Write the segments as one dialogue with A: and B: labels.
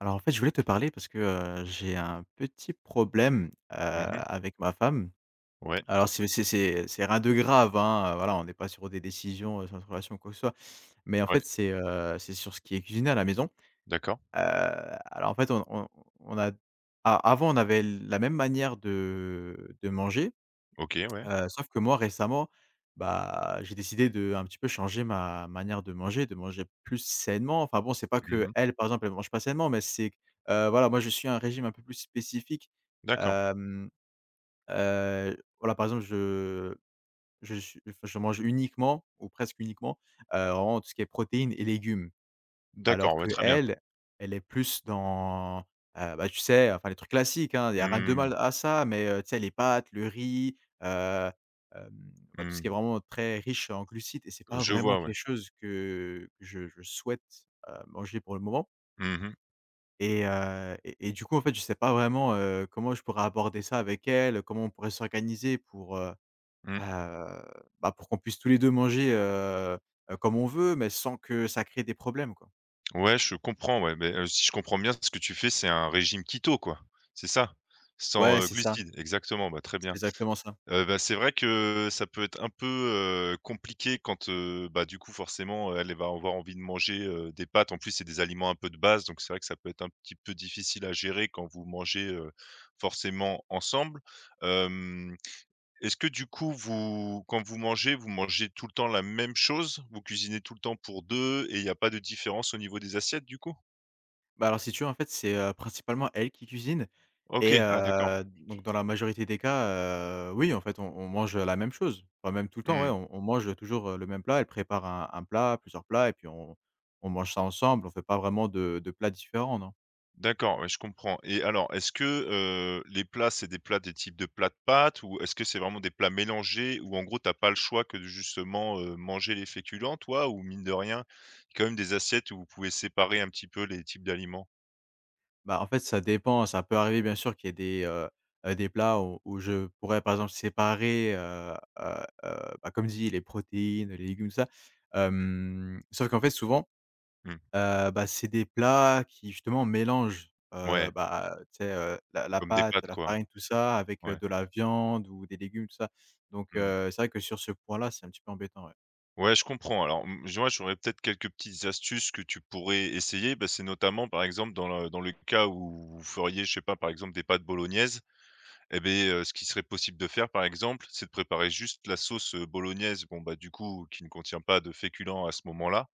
A: Alors en fait, je voulais te parler parce que, j'ai un petit problème,
B: Mmh mh.
A: avec ma femme.
B: Ouais,
A: Alors c'est rien de grave, hein, voilà, on n'est pas sur des décisions, sur notre relation quoi que ce soit. Mais en
B: ouais,
A: fait, c'est sur ce qui est cuisiné à la maison.
B: d'accord.
A: Heu, alors en fait, on a a avant, on avait la même manière de manger.
B: OK, ouais.
A: Sauf que moi récemment, j'ai décidé de un petit peu changer ma manière de manger plus sainement. Enfin bon, c'est pas
B: Mmh mh.
A: qu'elle, par exemple, elle mange pas sainement, mais c'est q voilà, moi je suis un régime un peu plus spécifique.
B: D'accord,
A: Hem, voilà, par exemple, je suis enfin, je mange uniquement ou presque uniquement, vraiment tout ce qui est protéines et légumes.
B: d'accord,
A: Alors
B: ouais,
A: qu'elle,
B: très bien.
A: elle elle est plus dans, bah, tu sais, enfin les trucs classiques, hein, il y a rien de
B: Mmh,
A: mal à ça, mais, tu sais, les pâtes, le riz, heu, hem, bah, tout ce qui est
B: mmh.
A: vraiment très riche en glucides, et c'est pas
B: Je
A: vraiment
B: vois, ouais.
A: quelque chose que je souhaite, manger pour le moment.
B: Mmh mh.
A: Et du coup, en fait, je sais pas vraiment, comment je pourrais aborder ça avec elle, comment on pourrait s'organiser pour,
B: Mmh.
A: heu, bah, pour qu'on puisse tous les 2 manger, comme on veut, mais sans que ça crée des problèmes, quoi.
B: Ouais, je comprends, ouais, beh, si je comprends bien, ce que tu fais, c'est un régime keto, quoi, c'est ça? Sans,
A: Ouais, c'est ça.
B: glucides, exactement, bah, très
A: C'est
B: bien.
A: exactement ça.
B: Bah, c'est vrai que ça peut être un peu, compliqué quand, bah, du coup forcément, elle va avoir envie de manger, des pâtes. En plus, c'est des aliments un peu de base, donc c'est vrai que ça peut être un petit peu difficile à gérer quand vous mangez, forcément ensemble. Hem, est-ce que du coup vous quand vous mangez tout le temps la même chose? Vous cuisinez tout le temps pour 2 et il n'y a pas de différence au niveau des assiettes du coup?
A: Bah, alors, si tu veux, en fait, c'est, principalement elle qui cuisine. et
B: OK, ah d'accord.
A: heu, donc dans la majorité des cas, oui, en fait, on mange la même chose. Enfin, même tout le temps, ouais,
B: Mmh.
A: on mange, toujours, le même plat. Elle prépare un plat, plusieurs plats, et puis on mange ça ensemble. On fait pas vraiment de plats différents, non.
B: D'accord, ouais, je comprends et alors, est-ce que, les plats, c'est des plats des types de plats de pâtes ou est-ce que c'est vraiment des plats mélangés où en gros t'as pas le choix que de justement, manger les féculents toi? Ou mine de rien, il y a quand même des assiettes où vous pouvez séparer un petit peu les types d'aliments?
A: Bah, en fait, ça dépend. Ça peut arriver, bien sûr, qu'il y ait des plats où je pourrais, par exemple, séparer, heu heu, bah, comme dit, les protéines, les légumes, tout ça. Sauf qu'en fait, souvent
B: Mmh,
A: Heu, bah, c'est des plats qui justement mélangent,
B: ouais,
A: bah, tu sais, la
B: comme des
A: pâte,
B: pâtes
A: la
B: quoi?
A: farine, tout ça avec,
B: Ouais,
A: de la viande ou des légumes, tout ça. Donc,
B: mmh.
A: c'est vrai que sur ce point-là, c'est un petit peu embêtant, ouais.
B: Ouais, je comprends alors, mmh, moi j'aurais peut-être quelques petites astuces que tu pourrais essayer. Bah, c'est notamment par exemple dans le cas où vous feriez, je sais pas, par exemple des pâtes bolognaises. Et beh, ce qui serait possible de faire, par exemple, c'est de préparer juste la sauce, bolognaise, bon, bah, du coup, qui ne contient pas de féculents à ce moment-là,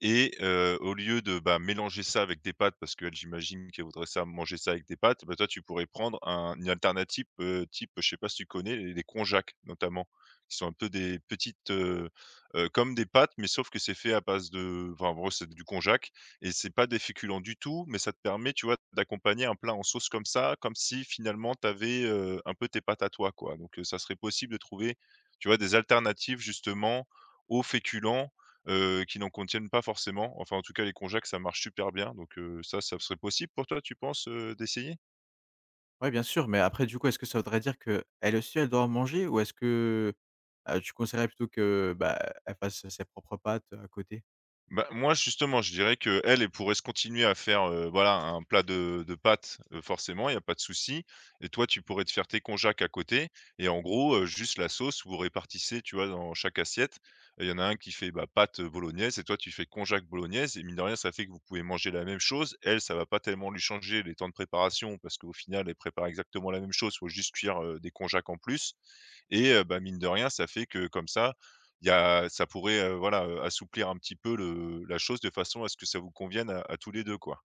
B: et au lieu de, bah, mélanger ça avec des pâtes parce qu'elle, j'imagine qu'elle voudrait ça manger ça avec des pâtes, bah, toi, tu pourrais prendre un une alternative, type, je sais pas si tu connais les konjac, notamment, qui sont un peu des petites, comme des pâtes, mais sauf que c'est fait à base de enfin, en gros, c'est du konjac et c'est pas des féculents du tout, mais ça te permet, tu vois, d'accompagner un plat en sauce comme ça, comme si finalement tu avais, un peu tes pâtes à toi, quoi. Donc, ça serait possible de trouver, tu vois, des alternatives justement aux féculents qui n'en contiennent pas forcément. Enfin, en tout cas, les konjac, ça marche super bien, donc ça, ça serait possible pour toi, tu penses, d'essayer?
A: Ouais, bien sûr, mais après du coup, est-ce que ça voudrait dire qu'elle aussi, elle doit en manger, ou est-ce que, tu conseillerais plutôt que, bah, elle fasse ses propres pâtes à côté?
B: Bah, moi, justement, je dirais que elle elle pourrait se continuer à faire, voilà, un plat de pâtes, forcément, il y a pas de souci et toi, tu pourrais te faire tes konjac à côté et en gros, juste la sauce, vous répartissez, tu vois, dans chaque assiette. Il y en a un qui fait, bah, pâtes, bolognaise et toi, tu fais konjac bolognaise et mine de rien, ça fait que vous pouvez manger la même chose. Elle, ça va pas tellement lui changer les temps de préparation parce qu'au final, elle prépare exactement la même chose, faut juste cuire, des konjac en plus et bah, mine de rien, ça fait que comme ça, il y a ça pourrait, voilà, assouplir un petit peu le la chose de façon à ce que ça vous convienne à tous les deux quoi.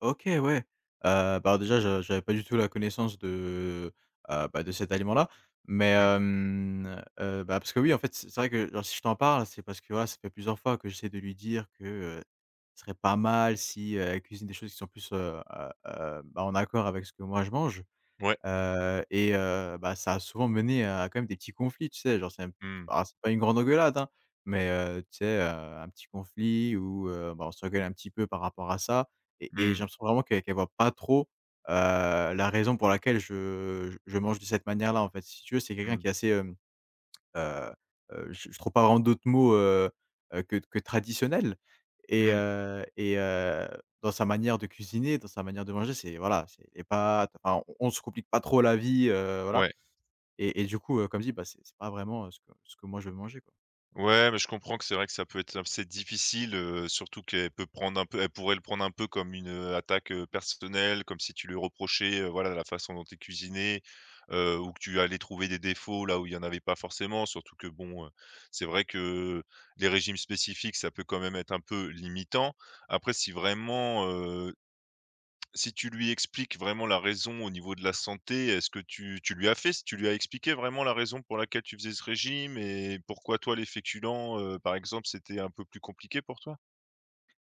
A: OK, ouais. Bah, alors déjà, je j'avais pas du tout la connaissance de, bah, de cet aliment-là, mais
B: Mmh.
A: bah, parce que oui, en fait, c'est vrai que, genre, si je t'en parle, c'est parce que, voilà, ça fait plusieurs fois que j'essaie de lui dire que, heu, ce serait pas mal si, elle cuisine des choses qui sont plus, bah, en accord avec ce que moi je mange.
B: Ouais.
A: Bah, ça a souvent mené à quand même des petits conflits, tu sais? Genre, c'est un
B: Mmh.
A: c'est pas une grande engueulade, hein, mais tu sais, un petit conflit où, bah, on se gueule un petit peu par rapport à ça, et j'ai
B: Mmh.
A: l'impression vraiment qu'elle voit pas trop, la raison pour laquelle je mange de cette manière-là, en fait. Si tu veux, c'est quelqu'un
B: Mmh.
A: qui est assez, hem Heu je ne trouve pas vraiment d'autres mots, que traditionnel. et
B: Mmh.
A: heu et heu, Dans sa manière de cuisiner, dans sa manière de manger, c'est voilà, c'est les pâtes, enfin, on se complique pas trop la vie, voilà.
B: Ouais.
A: Et du coup, comme dit, bah, c'est pas vraiment, ce que moi je veux manger, quoi.
B: Ouais, mais je comprends que c'est vrai que ça peut être assez difficile, surtout qu'elle peut prendre un peu elle pourrait le prendre un peu comme une, attaque, personnelle, comme si tu lui reprochais, voilà, la façon dont tu es cuisiné, ou que tu allais trouver des défauts là où il y en avait pas forcément. Surtout que bon, c'est vrai que les régimes spécifiques, ça peut quand même être un peu limitant. Après si vraiment, si tu lui expliques vraiment la raison au niveau de la santé, est-ce que tu tu lui as fait tu lui as expliqué vraiment la raison pour laquelle tu faisais ce régime et pourquoi toi les féculents, par exemple, c'était un peu plus compliqué pour toi?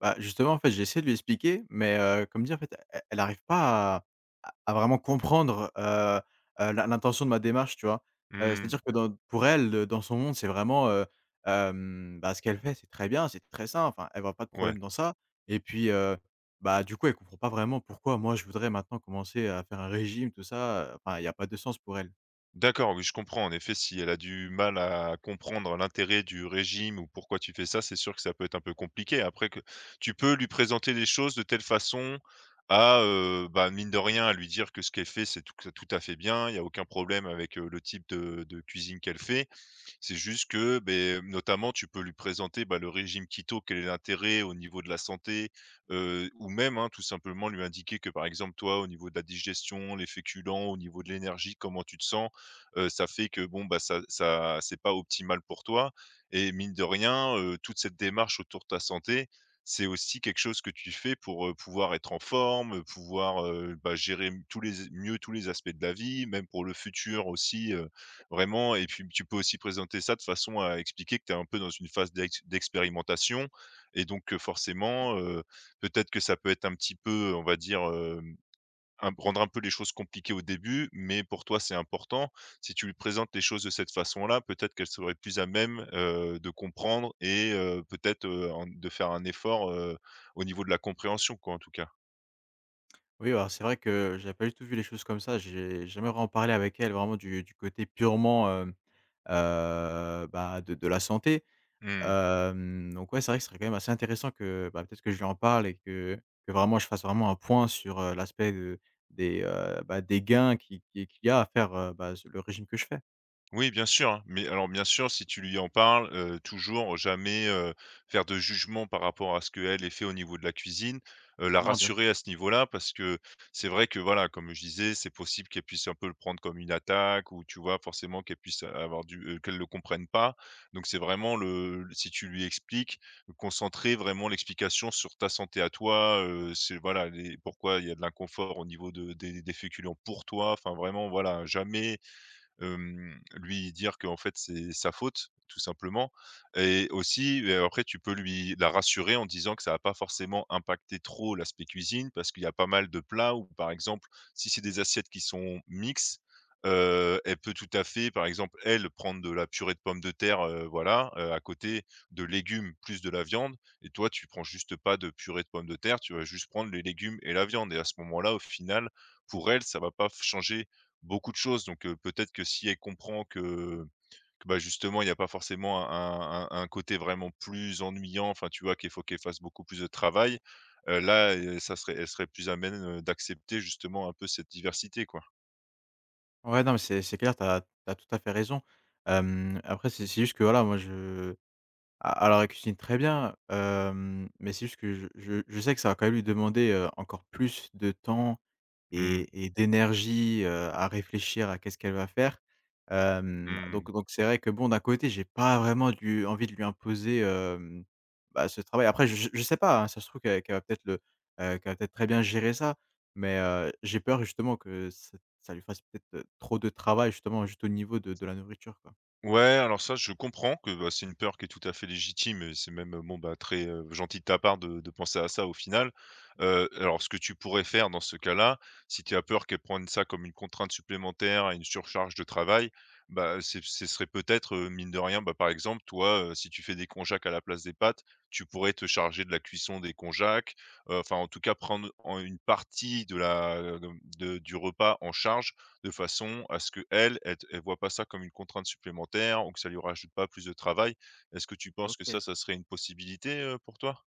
A: Bah, justement, en fait, j'ai essayé de lui expliquer, mais comme dit, en fait, e elle n'arrive pas à vraiment comprendre, l'intention de ma démarche, tu vois?
B: Mmh,
A: C'est-à-dire que dans pour elle, dans son monde, c'est vraiment, bah, ce qu'elle fait, c'est très bien, c'est très simple, enfin, elle voit pas de
B: ouais.
A: problème dans ça. Et puis, bah, du coup, elle comprend pas vraiment pourquoi moi, je voudrais maintenant commencer à faire un régime, tout ça, enfin, il y a pas de sens pour elle.
B: D'accord, oui, je comprends. En effet, si elle a du mal à comprendre l'intérêt du régime ou pourquoi tu fais ça, c'est sûr que ça peut être un peu compliqué. Après que tu peux lui présenter les choses de telle façon à, bah, mine de rien, à lui dire que ce qu'elle fait, c'est tout tout à fait bien. Il y a aucun problème avec, le type de cuisine qu'elle fait. C'est juste que, ben, notamment, tu peux lui présenter, bah, le régime keto, quel est l'intérêt au niveau de la santé, ou même, hein, tout simplement lui indiquer que, par exemple, toi, au niveau de la digestion, les féculents, au niveau de l'énergie, comment tu te sens, ça fait que, bon, bah, ça c'est pas optimal pour toi et mine de rien, toute cette démarche autour de ta santé, c'est aussi quelque chose que tu fais pour, pouvoir être en forme, pouvoir, bah, gérer m tous les mieux tous les aspects de la vie, même pour le futur aussi, vraiment. Et puis tu peux aussi présenter ça de façon à expliquer que tu es un peu dans une phase d'ex d'expérimentation et donc forcément, peut-être que ça peut être un petit peu, on va dire, un rendre un peu les choses compliquées au début, mais pour toi, c'est important. Si tu lui présentes les choses de cette façon-là, peut-être qu'elle serait plus à même, de comprendre et peut-être, en de faire un effort, au niveau de la compréhension quoi, en tout cas.
A: Oui, alors c'est vrai que j'avais pas du tout vu les choses comme ça. J'ai jamais vraiment parlé avec elle vraiment du côté purement, bah, de la santé.
B: Mmh.
A: Donc ouais, c'est vrai que ce serait quand même assez intéressant que, bah, peut-être que je lui en parle, et que vraiment je fasse vraiment un point sur, l'aspect de des, bah, des gains qui qu'il y a à faire, bah, s le régime que je fais.
B: Oui, bien sûr, hein, mais alors bien sûr, si tu lui en parles, toujours jamais, faire de jugement par rapport à ce qu'elle ait fait au niveau de la cuisine, la
A: Non, bien sûr.
B: rassurer à ce niveau-là parce que c'est vrai que voilà, comme je disais, c'est possible qu'elle puisse un peu le prendre comme une attaque ou tu vois? Forcément qu'elle puisse avoir du qu'elle le comprenne pas. Donc c'est vraiment le si tu lui expliques, concentrer vraiment l'explication sur ta santé à toi, c'est voilà, les pourquoi il y a de l'inconfort au niveau de des féculents pour toi, enfin vraiment voilà, jamais lui dire qu'en fait c'est sa faute, tout simplement et aussi, après tu peux lui la rassurer en disant que ça va pas forcément impacter trop l'aspect cuisine parce qu'il y a pas mal de plats où par exemple, si c'est des assiettes qui sont mixtes, elle peut tout à fait, par exemple, elle, prendre de la purée de pommes de terre, voilà, à côté de légumes plus de la viande et toi tu prends juste pas de purée de pommes de terre, tu vas juste prendre les légumes et la viande et à ce moment-là, au final, pour elle, ça va pas f changer beaucoup de choses, donc peut-être que si elle comprend que, bah, justement, il n'y a pas forcément un côté vraiment plus ennuyant, enfin, tu vois, qu'il faut qu'elle fasse beaucoup plus de travail, là, ça serait elle serait plus amène même, d'accepter justement un peu cette diversité, quoi.
A: Ouais, non, mais c'est clair, tu as tout à fait raison. Après c'est juste que voilà, moi je A alors elle cuisine très bien, hem, mais c'est juste que je sais que ça va quand même lui demander, encore plus de temps
B: Mmh.
A: et d'énergie, à réfléchir à qu'est-ce qu'elle va faire. Hem,
B: Mmh.
A: donc c'est vrai que bon, d'un côté, j'ai pas vraiment du envie de lui imposer, bah, ce travail. Après, je sais pas, hein, ça se trouve qu'elle va peut-être le, qu'elle va peut-être très bien gérer ça, mais, j'ai peur justement que ça lui fasse peut-être, trop de travail justement, juste au niveau de la nourriture, quoi.
B: Ouais, alors ça, je comprends que, bah, c'est une peur qui est tout à fait légitime et c'est même, bon, bah, très, gentil de ta part de penser à ça au final. Alors ce que tu pourrais faire dans ce cas-là, si tu as peur qu'elle prenne ça comme une contrainte supplémentaire et une surcharge de travail, bah, c'est ce serait peut-être, mine de rien, bah, par exemple, toi, si tu fais des konjac à la place des pâtes, tu pourrais te charger de la cuisson des konjac, enfin en tout cas prendre en une partie de la de du repas en charge de façon à ce que elle t elle voit pas ça comme une contrainte supplémentaire ou que ça lui rajoute pas plus de travail. Est-ce que tu penses que ça,
A: OK.
B: ça serait une possibilité, pour toi?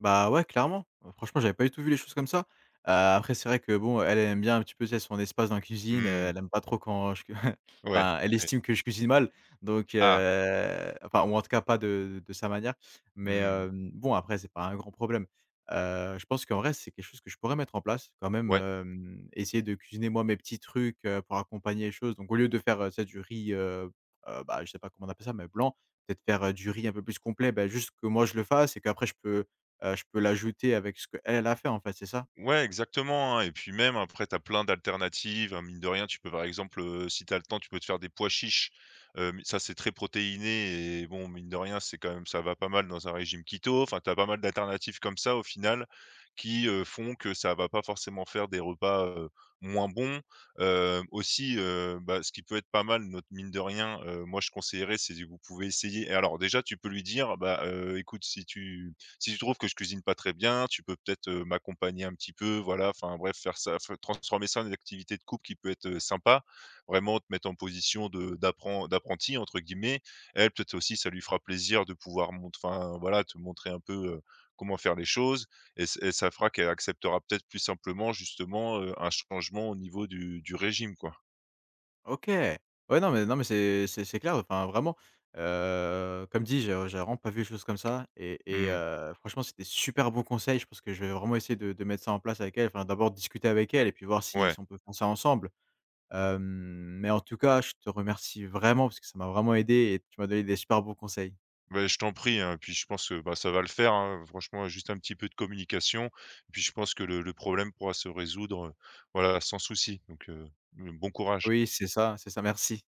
A: Bah, ouais, clairement. Franchement, j'avais pas du tout vu les choses comme ça. Après, c'est vrai que, bon, elle, elle aime bien un petit peu, tu sais, son espace dans la cuisine,
B: Mmh.
A: elle aime pas trop quand je cu
B: Ouais,
A: enfin, elle
B: OK.
A: estime que je cuisine mal, donc
B: Ah!
A: enfin, ou en tout cas pas de sa manière, mais
B: Mmh.
A: bon, après, c'est pas un grand problème. Je pense qu'en vrai, c'est quelque chose que je pourrais mettre en place quand même,
B: Ouais.
A: essayer de cuisiner moi mes petits trucs, pour accompagner les choses, donc au lieu de faire, tu sais, du riz, bah, je sais pas comment on appelle ça, mais blanc, peut-être faire, du riz un peu plus complet, bah, juste que moi je le fasse, et qu'après je peux l'ajouter avec ce qu'elle a fait, en fait, c'est ça?
B: Ouais, exactement, hein et puis même après tu as plein d'alternatives, hein, mine de rien, tu peux par exemple, si tu as le temps, tu peux te faire des pois chiches, mais ça c'est très protéiné et bon, mine de rien, c'est quand même ça va pas mal dans un régime keto, enfin tu as pas mal d'alternatives comme ça au final qui, font que ça va pas forcément faire des repas, moins bons. Aussi, bah, ce qui peut être pas mal, notre mine de rien, moi je conseillerais, c'est que vous pouvez essayer et alors déjà tu peux lui dire: «Bah, écoute si tu» si tu trouves que je cuisine pas très bien, tu peux peut-être, m'accompagner un petit peu, voilà, enfin bref, faire ça f transformer ça en une activité de couple qui peut être, sympa. Vraiment te mettre en position de d'appren «d'apprenti» entre guillemets. Elle, peut-être aussi ça lui fera plaisir de pouvoir mont enfin voilà, te montrer un peu, comment faire les choses et s et ça fera qu'elle acceptera peut-être plus simplement justement, un changement au niveau du régime quoi.
A: OK. Ouais, non, mais non, mais c'est clair, enfin, vraiment, comme dit, j'ai vraiment pas vu les choses comme ça, et
B: Mmh,
A: franchement, c'était super bons conseils. Je pense que je vais vraiment essayer de mettre ça en place avec elle, enfin, d'abord discuter avec elle et puis voir
B: ouais.
A: si on peut faire ça ensemble. Hem, mais en tout cas, je te remercie vraiment parce que ça m'a vraiment aidé et tu m'as donné des super bons conseils.
B: Ben je t'en prie, hein, puis je pense que, bah, ça va le faire, hein, franchement, juste un petit peu de communication et puis je pense que le problème pourra se résoudre, voilà, sans souci donc bon courage.
A: Oui, c'est ça, merci.